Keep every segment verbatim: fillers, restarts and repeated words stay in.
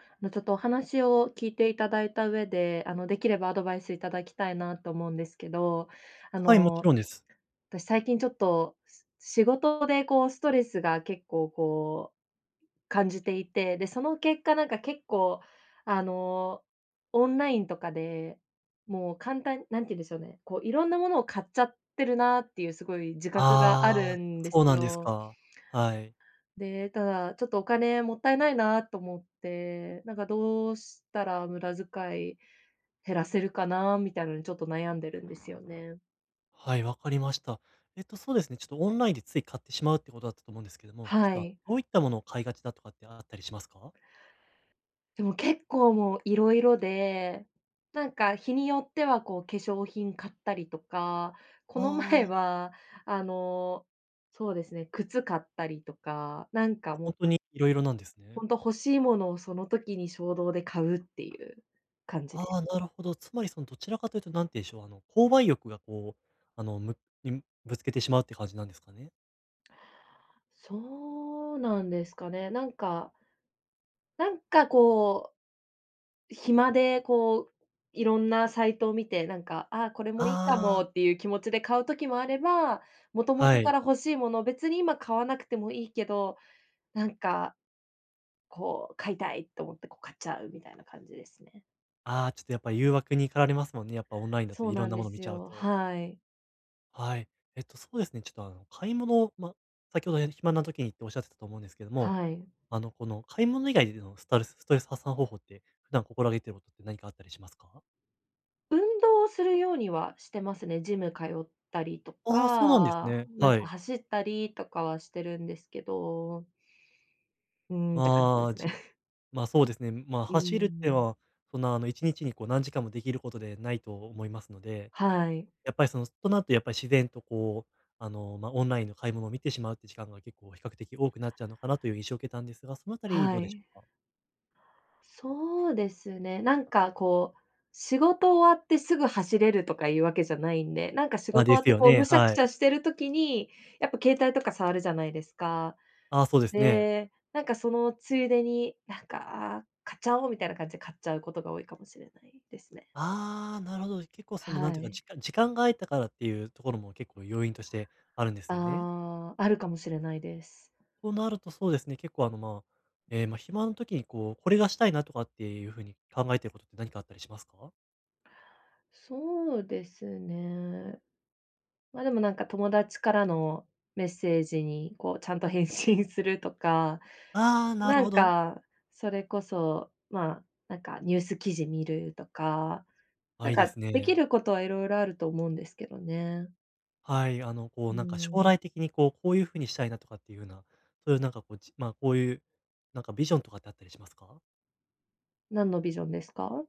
あの、ちょっとお話を聞いていただいた上で、あの、できればアドバイスいただきたいなと思うんですけど、あはい、もちの、ろんです。私最近ちょっと、し仕事でこうストレスが結構こう感じていて、で、その結果なんか結構、あの、オンラインとかで、もう簡単なんて言うんでしょうね、こういろんなものを買っちゃってるなっていうすごい自覚があああ、るんですそうなんですよ。か。はい。で、ただ、ちょっとお金もったいないなと思って、なんかどうしたら無駄遣い減らせるかなみたいなのにちょっと悩んでるんですよね。はい、わかりました。えっと、そうですね、ちょっとオンラインでつい買ってしまうってことだったと思うんですけども、ちょっはと、あの、い。どういったものを買いがちだとかってあったりしますか？でも結構もういろいろで、なんか日によってはこう化粧品買ったりとか、あこの前あー、はあの、そうですね、靴買ったりとか、なんかもう本当にいにいろなんですね。本当欲しいものをその時に衝動で買うっていう感じあです。あ、なるほど。つまりそのどちらかというと、なんて言うんでしょう、あの、購買欲がこう、あの、むにぶつけてしまうって感じなんですかね？そうなんですかね。なんかなんかこう、暇でこう、いろんなサイトを見て、なんか、ああ、これもいいかああ、もっていう気持ちで買う時もあれば、もともはとかい。ら欲しいもの、別に今買わなくてもいいけど、なんかこう、買いたいと思ってこう買っちゃうみたいな感じですね。ああ、ちょっとやっぱり誘惑に駆られますもんね、やっぱオンラインだとそういろなんんなもでの見すちゃうよ。と。はい。はい。えっと、そうですね、ちょっと、あの、買い物、ま、先ほどね暇な時にっておっしゃってたと思うんですけども、はい。あの、この、買い物以外でのスタルスストレス発散方法って、普段心がけてることって何かあったりしますか？運動をするようにはしてますね。ジム通ったりとああ、そうなんですか、ね。なんはかい。走ったりとかはしてるんですけど、うーんって感じでまあ、すじね。まあ、そうですね、まあ、うー走るってん。は、そんな、あの、いちにちにちにこう何時間もできることでないと思いますので、はい。やっぱり、その、となるとやっぱり自然とこう、あの、ま、オンラインの買い物を見てしまうって時間が結構比較的多くなっちゃうのかなという印象を受けたんですが、そのあたりはどうでしょい。うか？そうですね。なんかこう、仕事終わってすぐ走れるとかいうわけじゃないんで、なんか仕あ、事終でわっすてよこうね、むしゃくはしゃい。してる時に、やっぱ携帯とか触るじゃないですか。ああ、そうですね。で、なんかそのついでに、なんか、あ、買っちゃおうみたいな感じで買っちゃうことが多いかもしれないですね。ああ、なるほど。結構その、なんはていうか、時い。間時間が空いたからっていうところも結構要因としてあるんですよね。ああ、あるかもしれないです。となるとそうですね、結構あの、まあ、ええ、ま、あ暇の時にこう、これがしたいなとかっていう風に考えてることって何かあったりしますか？そうですね。ま、でもなんか友達からのメッセージにこうちゃんと返信するとかああー、なるなほんど。か、それこそ、まあ、なんかニュース記事見るとか、あ、なんいいでかすできね。ることはいろいろあると思うんですけどね。はい、あの、こう、うなんか将ん。来的にこう、こういう風にしたいなとかっていうような、そういうなんかこう、じまあ、こういう、なんかビジョンとかってあったりしますか？何のビジョンですか？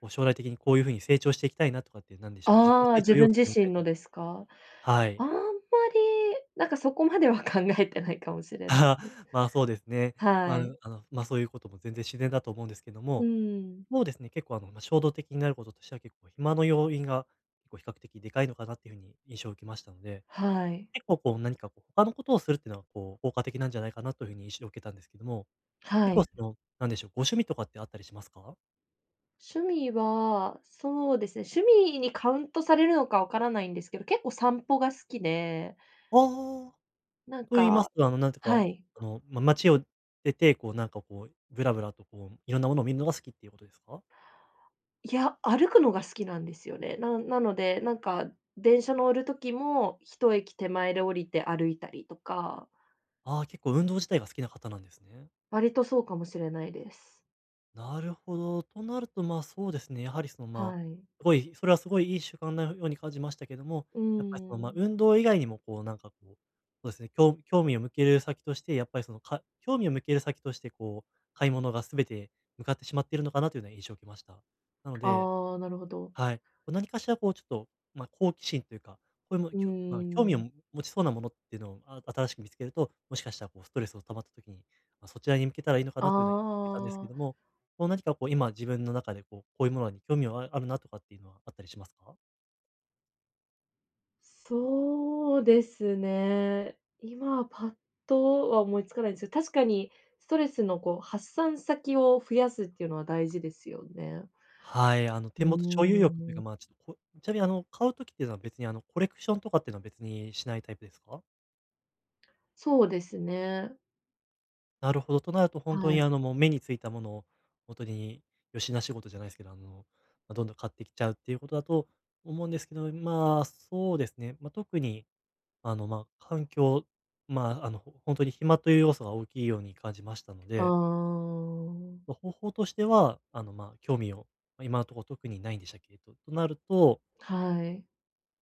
こう、将来的にこういう風に成長していきたいなとかって、なんでしょう、自己ああ、成長自要分求自みた身いのなですか？はい。あんまり、なんかそこまでは考えてないかもし れないあです。あ、まあ、そうですね。まあ、はい。あの、ま、そういうことも全然自然だと思うんですけどうも、ん。もうですね、結構、あの、まあ、衝動的になることとしては、結構暇の要因が結構比較的でかいのかなっていうふうに印象を受けましたので、はい。結構、こう、何か、こう、他のことをするっていうのは、こう、効果的なんじゃないかなというふうに印象を受けたんですけども、は結構、い。その、なんでしょう、ご趣味とかってあったりしますか？趣味は、そうですね、趣味にカウントされるのかわからないんですけど、結構散歩が好きで、ああ、なんと言いますかと、あの、なんていうか、はい。あの、まあ、街を出て、こう、なんか、こう、ブラブラと、こう、いろんなものを見るのが好きっていうことですか？いや、歩くのが好きなんですよね。ななので、なんか、電車乗る時も、一駅手前で降りて歩いたりとか、ああー、結構運動自体が好きな方なんですね。割とそうかもしれないです。なるほど。となると、まあ、そうですね。やはりその、まあ、はい。すごい、それはすごいいい習慣なように感じましたけども、うーやっぱりその、まあ、ん。運動以外にも、こう、なんかこう、そうですね、興興味を向ける先として、やっぱりその、か興味を向ける先として、こう、買い物がすべて向かってしまっているのかなというような印象を受けました。なので、ああ、なるほど。はい。こう何かしらこうちょっと、まあ、好奇心というか、こういうもうーきょまあ、興味をん。持持ちそうなものっていうのを、あ新しく見つけると、もしかしたらこうストレスを溜まった時に、まあ、そちらに向けたらいいのかあなというような印象を受けたんですけどあ、も、こう何かこう今自分の中でこう、こういうものに興味はああるなとかっていうのはあったりしますか？そうですね。今はパッとは思いつかないんですけど、確かにストレスのこう発散先を増やすっていうのは大事ですよね。はい、あのう手ー元所有欲というか、ん。まあ、ちょっとこちなみにあの買う時っていうのは別にあのコレクションとかっていうのは別にしないタイプですか？そうですね。なるほど。となると、本当はにい。あの、もう目についたものを、本当によしな仕事じゃないですけど、あの、まあ、どんどん買ってきちゃうっていうことだと思うんですけど、まあ、そうですね。まあ、特に、あの、まあ、環境、まあ、あの、ほほに暇という要素が大きいように感じましたのあで、あ、ま、方法としては、あの、まあ、興味を、ま、今のところ特にないんでしたっけ、ととなると、はい。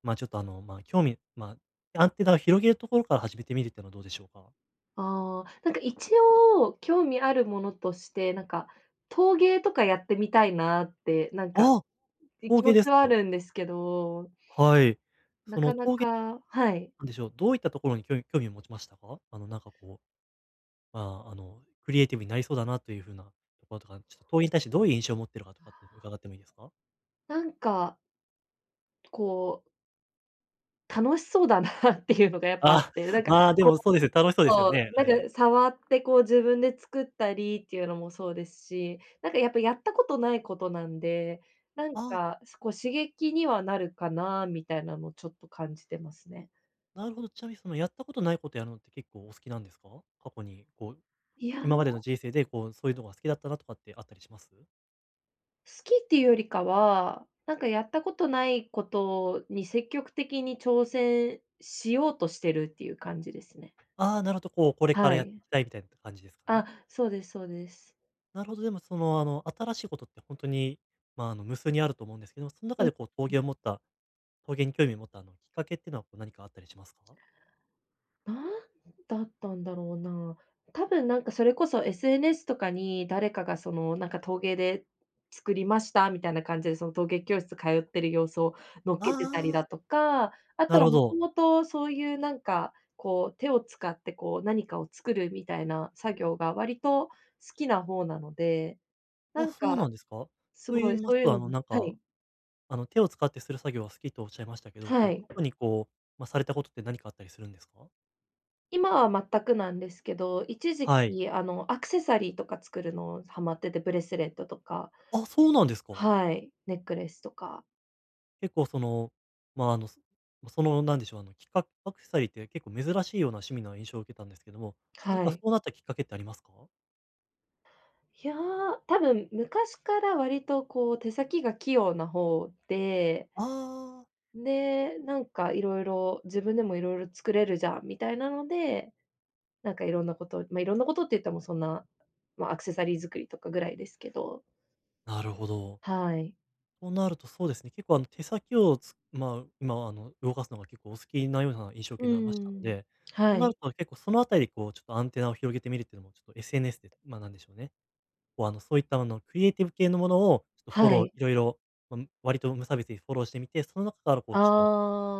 まあ、ちょっとあの、まあ、興味まあ、アンテナを広げるところから始めてみるっていうのはどうでしょうか？ああ、なんか一応興味あるものとして、なんか陶芸とかやってみたいなって、なんか、ああ、陶気持芸でちすはあか。るんですけど、はい。なそのかな陶かはい。なんでしょう、どういったところに興味興味を持ちましたか？あの、なんかこう、まあ、あの、クリエイティブになりそうだなという風なところとか、ちょっと問いに対してどういう印象を持ってるかとかって伺ってもいいですか？なんかこう、楽しそうだな っていうのがや っぱあっあて、なんかまあ、でもそうですよ、楽しそうですよそう、ね、あなんれ。か触ってこう自分で作ったりっていうのもそうですし、なんかやっぱやったことないことなんで、なんあか、こう刺激にはなるかなみたいなのをちょっと感じてますね。なるほど。ちなみにそのやったことないことやるのって結構お好きなんですか？過去にこう、いや、今ま好での人生でこう、そういうのが好きだったなとかってあったりします？きっていうよりかは、なんかやったことないことに積極的に挑戦しようとしてるっていう感じですね。ああ、なるほど、こう、これからはやってい。いきたいみたいな感じですかね。あ、そうですそうです。なるほど、でもその、あの、新しいことって本当に、まあ、あの、無数にあると思うんですけども、その中うん。でこう、峠を持った陶芸に興味を持ったあのきっかけっていうのはこう何かあったりしますか？なんだったんだろうな。多分なんかそれこそ エスエヌエス とかに誰かがそのなんか陶芸で作りましたみたいな感じで、その陶芸教室通ってる様子を載っあけてたりだあ、とか、あなとるはほもとど。もとそういうなんか、こう手を使ってこう何かを作るみたいな作業が割と好きな方なので、なあ、んそうかなんですか？すと言ごいいまそすういうと、あのものなんはか、い、あの手を使ってする作業は好きとおっしゃいましたけど、こはう過い。去にこう、まあ、されたことって何かあったりするんですか？今は全くなんですけど、一時はい。期、あの、アクセサリーとか作るのハマってて、ブレスレットとか、あ、そうなんですか。はい、ネックレスとか、結構その、まあ、あの、そそのなんでしょう、あのきっかけアクセサリーって結構珍しいような趣味な印象を受けたんですけども、何はかそい。うなったきっかけってありますか？いや、多分昔から割とこう手先が器用な方で、ああで、なんかいろいろ自分でもいろいろ作れるじゃんみたいなので、なんかいろんなこと、ま、いろんなことって言ってもそんな、ま、アクセサリー作りとかぐらいですけど、ー、なるほど。はい。となると、そうですね、結構あの手先をつまあ、今あの動かすのが結構お好きなような印象を受うけなましたのーん。で、とはなるい。と結構そのあたりこうちょっとアンテナを広げてみるっていうのもちょっと エスエヌエス で、まあ、なんでしょうね、こうあのそういったあのクリエイティブ系のものをちょっとフォはローい。いろいろ、まあ、割と無差別にフォローしてみて、その中からこうあちょっと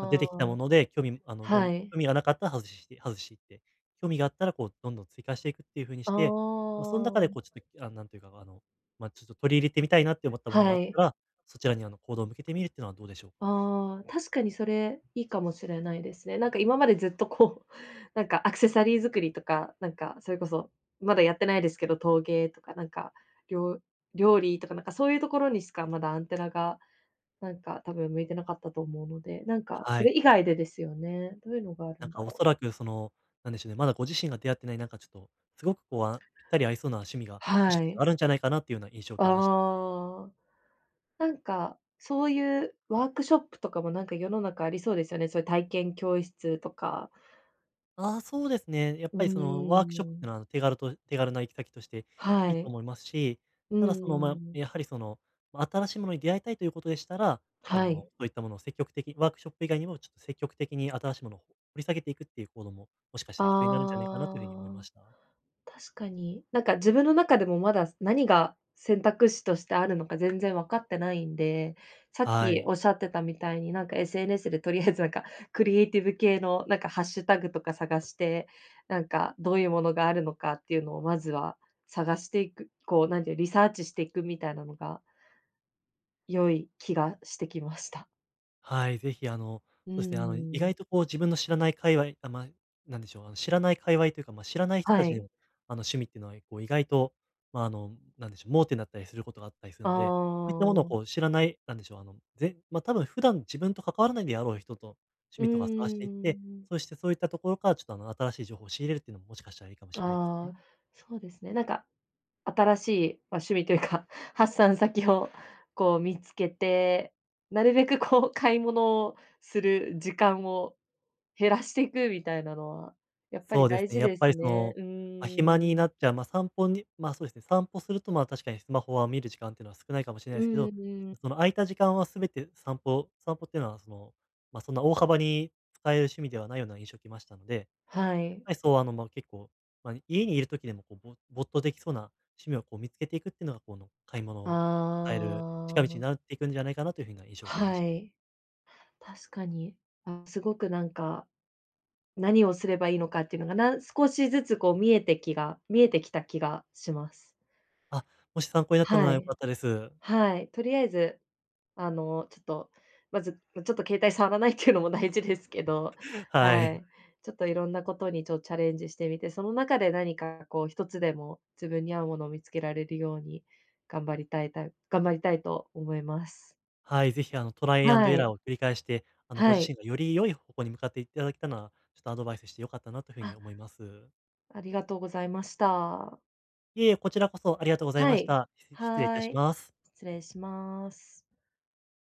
ま、出てきたもあ。ので、興味あの、どはんい。興味がなかったら外して外していって、興味があったらこうどんどん追加していくっていう風にしあて、ま、そあ、ん中でこうちょっと、あ、なんというか、あの、ま、ちょっと取り入れてみたいなって思ったものがあはっい。たら、そちらにあの、行動を向けてみるっていうのはどうでしょうか？ああ、確かにそれいいかもしれないですね。なんか今までずっとこう、なんかアクセサリー作りとか、なんかそれこそ、まだやってないですけど、陶芸とかなんか、りょう料理とかなんかそういうところにしかまだアンテナが、なんか多分向いてなかったと思うので、なんかはそい。れ以外でですよね。どういうのがあるなんんかだおろそう。らくその、なんでしょうね、まだご自身が出会ってないなんかちょっと、すごくこう、あ、ぴったり合いそうな趣味が、もしはかしたらあい。るんじゃないかなっていうような印象を受けましああ。なんか、そういうワークショップとかもなんか世の中ありそうですよね。そういう体験教室とか。ああ、そうですね。やっうぱりそのーワークショップっていん。うのは、手軽と手軽な行き先としていはいとい。思いますし、うただんうその、まんあ、うん。やはりその、ま、新しいものに出会いたいということでしたら、ちょっとはもう、い。そういったものを積極的に、ワークショップ以外にもちょっと積極的に新しいものを掘り下げていくっていう行動も、もしかしたら必要になるんじゃないかなというふうに思いまああ。した。確かに。なんか自分の中でもまだ何が選択肢としてあるのか全然分かってないんで、さっはきい。おっしゃってたみたいに、なんか エスエヌエス でとりあえずなんかクリエイティブ系のなんかハッシュタグとか探して、なんかどういうものがあるのかっていうのをまずは探していく、こうなんていう、リサーチしていくみたいなのが良い気がしてきました。はい、ぜひあの、うーそうですね、あの、意外ん。とこう自分の知らない界隈、あ、まあ、なんでしょう、あの、知らない界隈というか、まあ、知らない人はたちの、い。あの、趣味っていうのは、こう、意外と、まあ、あの、なんでしょう、盲点だったりすることがあったりするので、こあういったものをこうあ。知らない、なんでしょう、あの、ぜまあ、多分普段自分と関わらないであろう人と、趣うー味とか探していって、ん。そしてそういったところからちょっとあの、新しい情報を仕入れるっていうのももしかしたらいいかもしれないですね。ああ、そうですね。なんか新しい、ま、趣味というか、発散先をこう見つけて、なるべくこう買い物をする時間を減らしていくみたいなのは、やっぱそりうです大ね、事やっでぱすりそね。の、うまあ、ー暇になん。っちゃう、まあ、散歩にま、そうですね、散歩すると、ま、確かにスマホは見る時間っていうのは少ないかもしれないうですけんど、うん。その空いた時間は全て散歩散歩っていうのはその、ま、そんな大幅に使える趣味ではないような印象を受けましたので、はやっい。ぱりそう、あの、ま、結構、まあ、家にいる時でもこう、ぼ没頭できそうな趣味をこう見つけていくっていうのが、この買い物を変える近あ道にあ、なっていくんじゃないかなという風な印象を受けましはた。い。確かに。あ、すごくなんか、何をすればいいのかっていうのが、なん少しずつこう見えてきが見えてきた気がします。あ、もし参考になったのはは良かい。ったです。はい。とりあえずあの、ちょっと、まず、まちょっと携帯触らないっていうのも大事ですけど、ははい。い。ちょっといろんなことにちょっとチャレンジしてみて、その中で何かこう一つでも自分に合うものを見つけられるように頑張りたいたい頑張りたいと思います。はい、ぜひあのトライアンドはエラーい、を繰り返して、あのごは自い。身がより良い方向に向かっていただけたのは、ちょっとアドバイスしてよかったなというふうにあ、思います。ありがとうございました。いえいえ、こちらこそありがとうございはましい、た。し失礼いたはしい、ます。失礼します。